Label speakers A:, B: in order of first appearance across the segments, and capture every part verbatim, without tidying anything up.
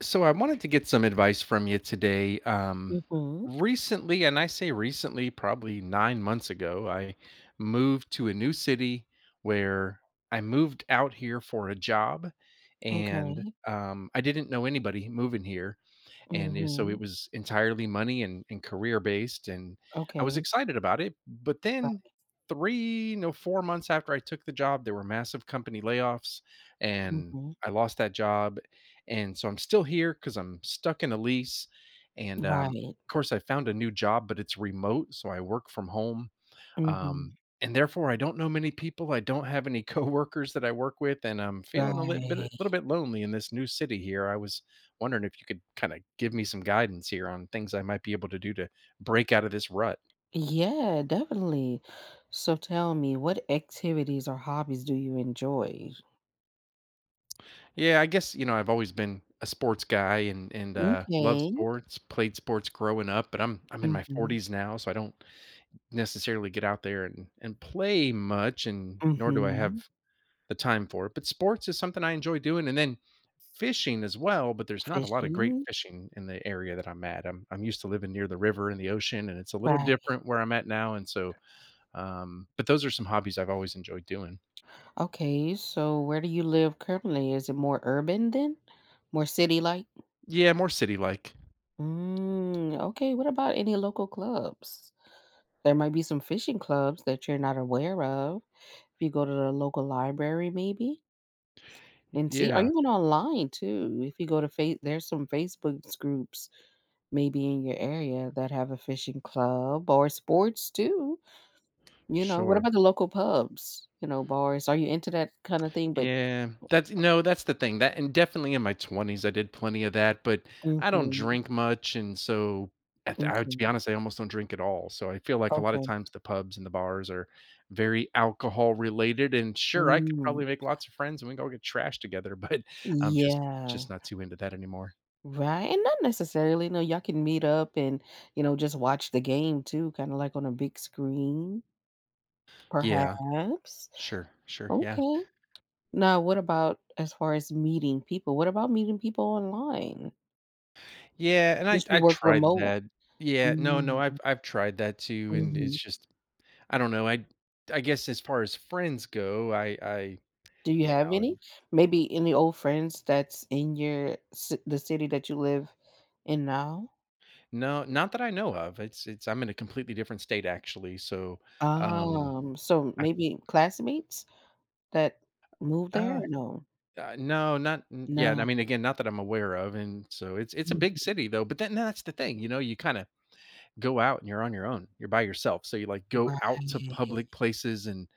A: So I wanted to get some advice from you today. Um,
B: Mhm.
A: recently, and I say recently, probably nine months ago, I moved to a new city where I moved out here for a job, and
B: Okay.
A: um, I didn't know anybody moving here and it- so it
B: Mhm.
A: was entirely money and, and career based. And I was
B: Okay.
A: excited about it, but then
B: Right.
A: three no four months after I took the job there were massive company layoffs, and
B: Mhm.
A: I lost that job. And so I'm still here because I'm stuck in a lease. And um,
B: Right.
A: of course I found a new job, but it's remote, so I work from home.
B: Mhm.
A: um, and therefore, I don't know many people. I don't have any coworkers that I work with, and I'm feeling a little bit, a
B: Right.
A: little bit lonely in this new city here. I was wondering if you could kind of give me some guidance here on things I might be able to do to break out of this rut.
B: Yeah, definitely. So tell me, what activities or hobbies do you enjoy?
A: Yeah, I guess you know I've always been a sports guy and and uh, love
B: Okay.
A: sports, played sports growing up, but I'm I'm in my
B: Mhm.
A: forties now, so I don't necessarily get out there and and play much, and nor do I
B: Mhm.
A: have the time for it. But sports is something I enjoy doing, and then fishing as well. But there's not a lot of
B: Fishing.
A: great fishing in the area that I'm at. I'm I'm used to living near the river and the ocean, and it's a little
B: Right.
A: different where I'm at now. And so, um, but those are some hobbies I've always enjoyed doing.
B: Okay. So where do you live currently? Is it more urban then? More city-like?
A: Yeah, more city like.
B: Mm, okay. What about any local clubs? There might be some fishing clubs that you're not aware of. If you go to the local library maybe and see or
A: Yeah,
B: even online too. If you go to Face there's some Facebook groups maybe in your area that have a fishing club or sports too, you know? What
A: sure.
B: about the local pubs? You know, bars? Are you into that kinda thing? But
A: Yeah, that's no, that's the thing. That, and definitely in my twenties, I did plenty of that, but I don't
B: mhm.
A: drink much, and so at the- I, to be
B: Okay.
A: honest, I almost don't drink at all. So I feel like a lot of
B: Okay.
A: times the pubs and the bars are very alcohol related. And sure, I could
B: Mm.
A: probably make lots of friends and we can all get trashed together, but I'm just
B: Yeah.
A: just not too into that anymore.
B: Right, and not necessarily, no, y'all can meet up and, you know, just watch the game too, kinda like on a big screen,
A: Yeah,
B: perhaps.
A: sure, sure, yeah,
B: Okay. Now, what about as far as meeting people? What about meeting people online?
A: yeah. And I
B: Does you
A: I
B: work
A: tried
B: remote?
A: that. Yeah, no, no,
B: Mm,
A: I've I've tried that too, and it's
B: mhm.
A: just I don't know. I I guess as far as friends go, I I
B: Do you
A: You
B: have
A: know,
B: any?
A: and
B: Maybe any old friends that's in your ci the city that you live in now?
A: no, not that I know of. It's it's I'm in a completely different state actually, so, um,
B: Um, so
A: I
B: maybe classmates that moved there
A: uh,
B: or no?
A: uh, no, not n yeah, I
B: No.
A: mean, again, not that I'm aware of, and so it's it's a
B: Mm,
A: big city though, but then that's the thing, you know, you kinda go out and you're on your own. You're by yourself, so you, like, go out to
B: right.
A: public places and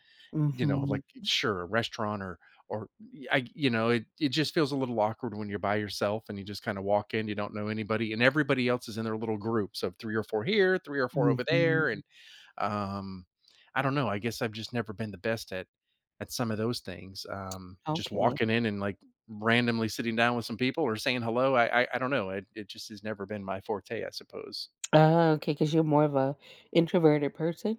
A: you know,
B: Mhm,
A: like, sure, a restaurant or or I you know, it it just feels a little awkward when you're by yourself and you just kinda walk in, you don't know anybody, and everybody else is in their little groups of three or four here, three or four over there,
B: mhm.
A: and, um, I don't know, I guess I've just never been the best at at some of those things, um, just
B: Okay.
A: walking in and, like, randomly sitting down with some people or saying hello, I I I don't know, it it just has never been my forte, I suppose.
B: Uh, Okay, because 'cause you're more of a introverted person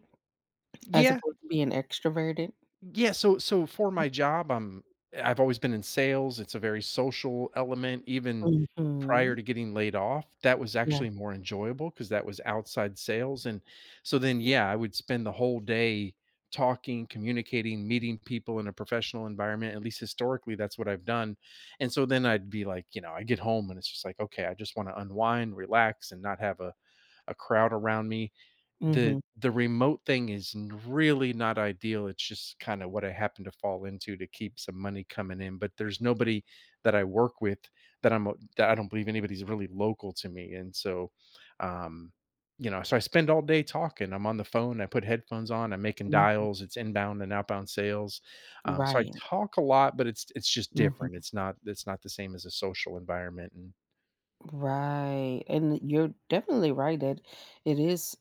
B: as
A: Yeah.
B: opposed to being extroverted?
A: Yeah, so so for my job, I'm I've always been in sales. It's a very social element. Even prior
B: Mhm.
A: to getting laid off, that was
B: Yeah.
A: actually more enjoyable because that was outside sales. And so then, yeah, I would spend the whole day talking, communicating, meeting people in a professional environment. At least historically, that's what I've done. And so then I'd be like, you know, I get home and it's just like, okay, I just want to unwind, relax, and not have a, a crowd around me. The
B: Mhm,
A: the remote thing is n really not ideal, it's just kinda what I happen to fall into to keep some money coming in, but there's nobody that I work with that I'm, uh that I don't believe anybody's really local to me, and so, um, you know, so I spend all day talking, I'm on the phone, I put headphones on, I'm making
B: mhm.
A: dials, it's inbound and outbound sales, um, so I
B: Right.
A: talk a lot, but it's it's just different,
B: Mhm.
A: it's not it's not the same as a social environment and
B: Right, and you're definitely right that it is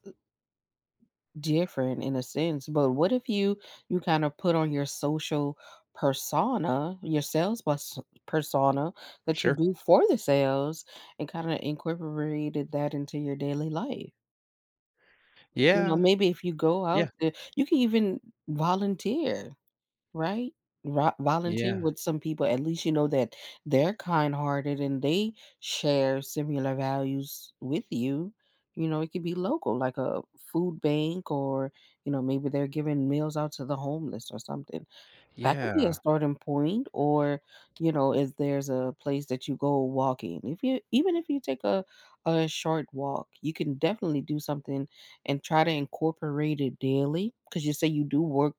B: different in a sense, but what if you you kind of put on your social persona, your sales pers persona that you
A: sure.
B: do for the sales and kinda incorporated that into your daily life? You know,
A: Yeah.
B: maybe if you go out
A: Yeah.
B: there you can even volunteer. Right? Ro Volunteer
A: Yeah.
B: with some people, at least you know that they're kind-hearted and they share similar values with you. You know, it could be local, like a food bank or, you know, maybe they're giving meals out to the homeless or something. That could be a
A: Yeah.
B: starting point or, you know, if there's a place that you go walking. If you Even if you take a a short walk, you can definitely do something and try to incorporate it daily because you say you do work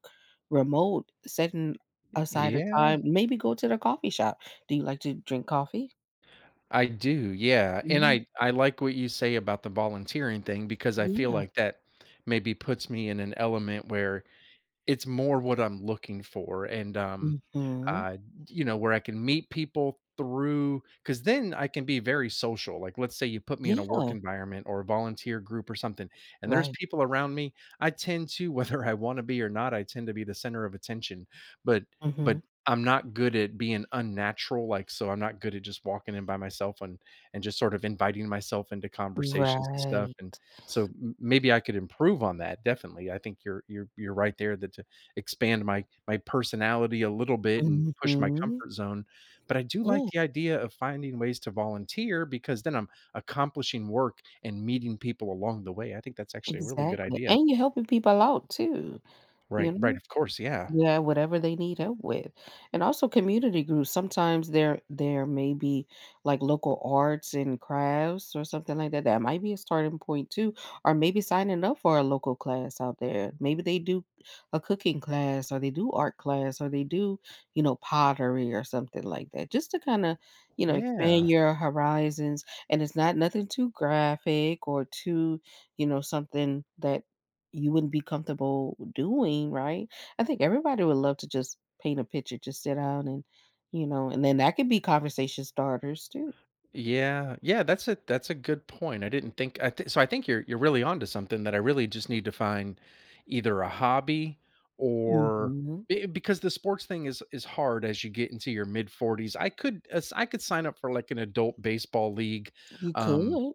B: remote, setting aside a
A: Yeah.
B: time, maybe go to the coffee shop. Do you like to drink coffee?
A: I do, yeah, and
B: Mhm.
A: I I like what you say about the volunteering thing because I feel
B: Yeah.
A: like that maybe puts me in an element where it's more what I'm looking for, and, um
B: Mhm.
A: uh, you know, where I can meet people through because then I can be very social. Like, let's say you put me in a work
B: Yeah,
A: environment or a volunteer group or something, and there's
B: right.
A: people around me. I tend to, whether I want to be or not, I tend to be the center of attention. But, but
B: Mhm.
A: I'm not good at being unnatural. Like, so I'm not good at just walking in by myself and and just sort of inviting myself into conversations and stuff.
B: Right.
A: And so m- maybe I could improve on that. Definitely, I think you're you're you're right there that expand my my personality a little bit and push my
B: Mhm.
A: comfort zone, but I do like
B: Yeah,
A: the idea of finding ways to volunteer because then I'm accomplishing work and meeting people along the way. I think that's actually a really good
B: exactly,
A: idea.
B: and you're helping people out too, you
A: Right, right,
B: know?
A: of course, yeah.
B: Yeah, whatever they need help with. And also community groups. Sometimes there there may be like local arts and crafts or something like that. That might be a starting point too. Or maybe signing up for a local class out there. Maybe they do a cooking class or they do art class or they do, you know, pottery or something like that. Just to kind of, you know, expand
A: Yeah.
B: your horizons. And it's not nothing too graphic or too, you know, something that you wouldn't be comfortable doing, right? I think everybody would love to just paint a picture, just sit down and, you know, and then that could be conversation starters too.
A: Yeah, yeah, that's a that's a good point. I didn't think I th- so. I think you're you're really onto something that I really just need to find either a hobby or
B: Mhm.
A: be- because the sports thing is is hard as you get into your mid forties. I could as- I could sign up for like an adult baseball league,
B: You
A: um,
B: could.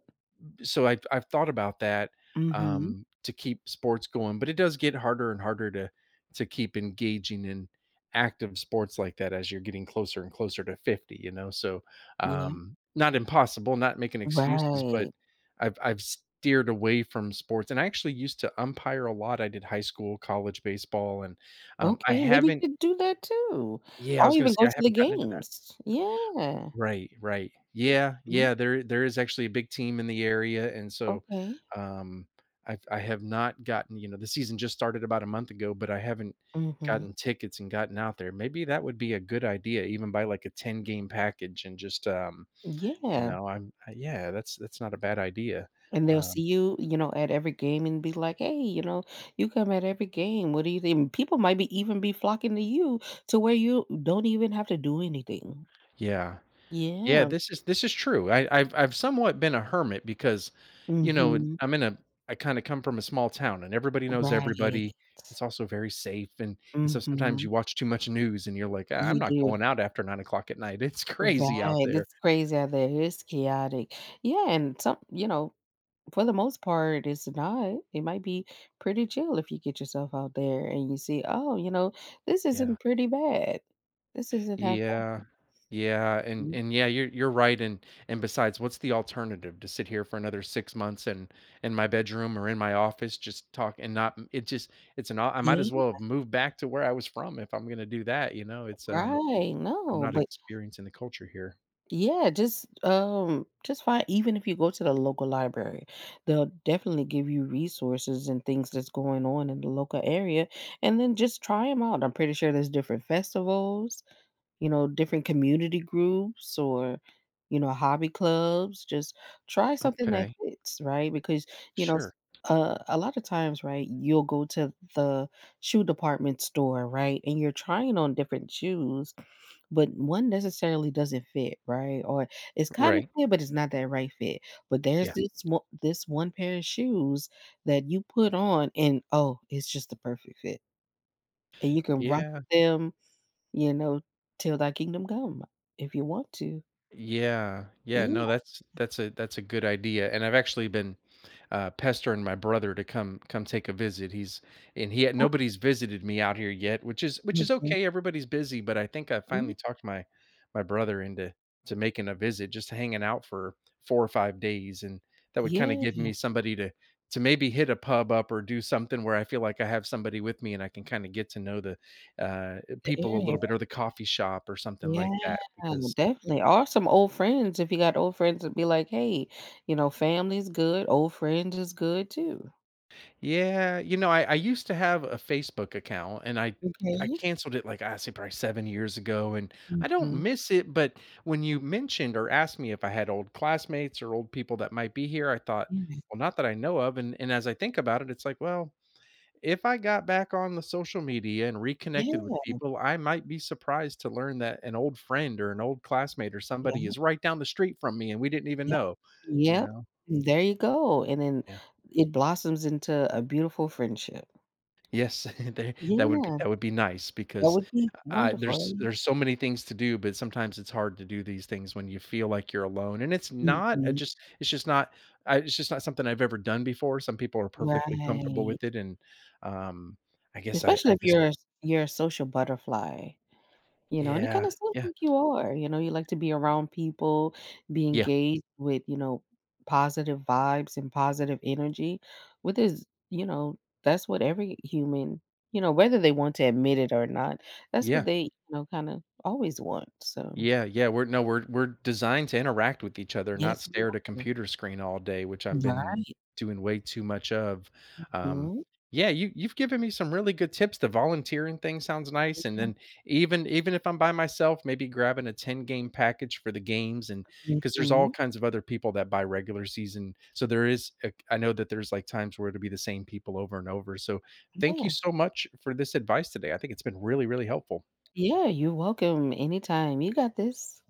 A: so I've I've thought about that,
B: Mhm.
A: um, to keep sports going, but it does get harder and harder to to keep engaging in active sports like that as you're getting closer and closer to fifty, you know? So,
B: Yeah.
A: um, not impossible, not making excuses, but
B: Right.
A: I've I've steered away from sports, and I actually used to umpire a lot. I did high school, college baseball, and, um, I
B: Okay, maybe
A: haven't
B: you could do that too,
A: yeah, I
B: or
A: was gonna
B: even
A: say
B: go
A: I
B: to the
A: haven't gotten into that.
B: games. Yeah.
A: Right, right. Yeah,
B: Mm,
A: yeah, there there is actually a big team in the area, and so,
B: okay.
A: um, i I have not gotten you know, the season just started about a month ago, but I haven't
B: Mhm.
A: gotten tickets and gotten out there. Maybe that would be a good idea, even buy, like, a ten-game package and just, um, you
B: Yeah,
A: know, I'm I- yeah, that's that's not a bad idea.
B: and they'll see
A: Um,
B: you, you know, at every game and be like, "Hey, you know, you come at every game. What do you think?" People might be even be flocking to you to where you don't even have to do anything.
A: yeah. Yeah,
B: Yeah.
A: this is this is true. I, I've I've somewhat been a hermit because, you know,
B: Mhm.
A: I'm in a I kind of come from a small town and everybody knows
B: Right.
A: everybody. It's also very safe and and so sometimes
B: Mhm.
A: you watch too much news and you're like, "Ah, I'm
B: You
A: not
B: do.
A: going out after nine o'clock at night. It's crazy out
B: Right.
A: there.
B: It's crazy out there. It's chaotic. Yeah, and some you know, for the most part, it's not. It might be pretty chill if you get yourself out there and you see, oh, you know, this
A: Yeah.
B: isn't pretty bad. This isn't half
A: Yeah. Yeah, and
B: bad.
A: and yeah, you're you're right, and and besides, what's the alternative? To sit here for another six months and in my bedroom or in my office just talk and not it just it's an au I might as
B: Yeah,
A: well have moved back to where I was from if I'm gonna do that, you know? It's, um
B: right.
A: I'm
B: No,
A: not
B: but
A: experiencing the culture here.
B: yeah, just um just find even if you go to the local library, they'll definitely give you resources and things that's going on in the local area and then just try them out. I'm pretty sure there's different festivals you know, different community groups or, you know, hobby clubs. Just try something that
A: Okay.
B: fits, right? Because, you know, s-
A: Sure.
B: uh, a lot of times, right, you'll go to the shoe department store, right, and you're trying on different shoes, but one necessarily doesn't fit, right? Or it's kind of
A: Right.
B: fit, but it's not that right fit. But there's
A: Yeah.
B: this one, this one pair of shoes that you put on, and oh, it's just the perfect fit, and you can rock
A: Yeah.
B: with them you know, "Till thy kingdom come," if you want to.
A: Yeah, yeah, no,
B: Yeah.
A: that's that's a that's a good idea, and I've actually been uh, pestering my brother to come come take a visit. He's and he had,
B: Oh
A: nobody's visited me out here yet, which is which is
B: mhm.
A: okay. Everybody's busy, but I think I
B: Ye
A: finally talked my my brother into to making a visit, just hanging out for four or five days, and that would kind of
B: Yeah,
A: give me somebody to to maybe hit a pub up or do something where I feel like I have somebody with me and I can kind of get to know the uh,
B: the
A: people a
B: area.
A: little bit or the coffee shop or something
B: Yeah,
A: like that because
B: definitely, or some old friends, if you got old friends, it'd be like, "Hey," you know, "Family's good, old friends is good too."
A: yeah, you know, I I used to have a Facebook account and I I
B: Okay?
A: canceled it like I say probably seven years ago and I don't
B: Mhm.
A: miss it, but when you mentioned or asked me if I had old classmates or old people that might be here, I thought,
B: Yeah.
A: well, not that I know of. And and as I think about it, it's like, well, if I got back on the social media and reconnected with
B: Yeah,
A: people, I might be surprised to learn that an old friend or an old classmate or somebody
B: yeah,
A: is right down the street from me and we didn't even
B: yep.
A: know, you
B: Yep.
A: know.
B: There you go, and then
A: Yeah.
B: it blossoms into a beautiful friendship.
A: Yes, they- that would be
B: Yeah,
A: that would be nice
B: that
A: because
B: would be
A: Uh, there's
B: wonderful.
A: there's so many things to do, but sometimes it's hard to do these things when you feel like you're alone, and it's not uh,
B: Mhm.
A: just it's just not I it's just not something I've ever done before. Some people are perfectly comfortable
B: Right.
A: with it, and, um, I guess I
B: Especially
A: I
B: if
A: just
B: you're a s you're a social butterfly, you know, and it
A: yeah,
B: kinda sounds
A: yeah,
B: like you are, you know, you like to be around people, be
A: yeah,
B: engaged with, you know, positive vibes and positive energy, which is, you know, that's what every human, you know, whether they want to admit it or not, that's what
A: yeah.
B: they, you know, kinda always want, so
A: Yeah, yeah, we're no, we're we're designed to interact with each other, not
B: yes, we
A: stare at a
B: are.
A: computer screen all day, which I've been
B: Right.
A: doing way too much of. Um,
B: Mhm.
A: yeah, you you've given me some really good tips. The volunteering thing sounds nice, and then even even if I'm by myself, maybe grabbing a ten game package for the games, and because there's all
B: Mhm.
A: kinds of other people that buy regular season, so there is. a- I know that there's like times where it'll be the same people over and over. So thank you
B: Yeah.
A: so much for this advice today. I think it's been really really helpful.
B: Yeah, you're welcome anytime. You got this.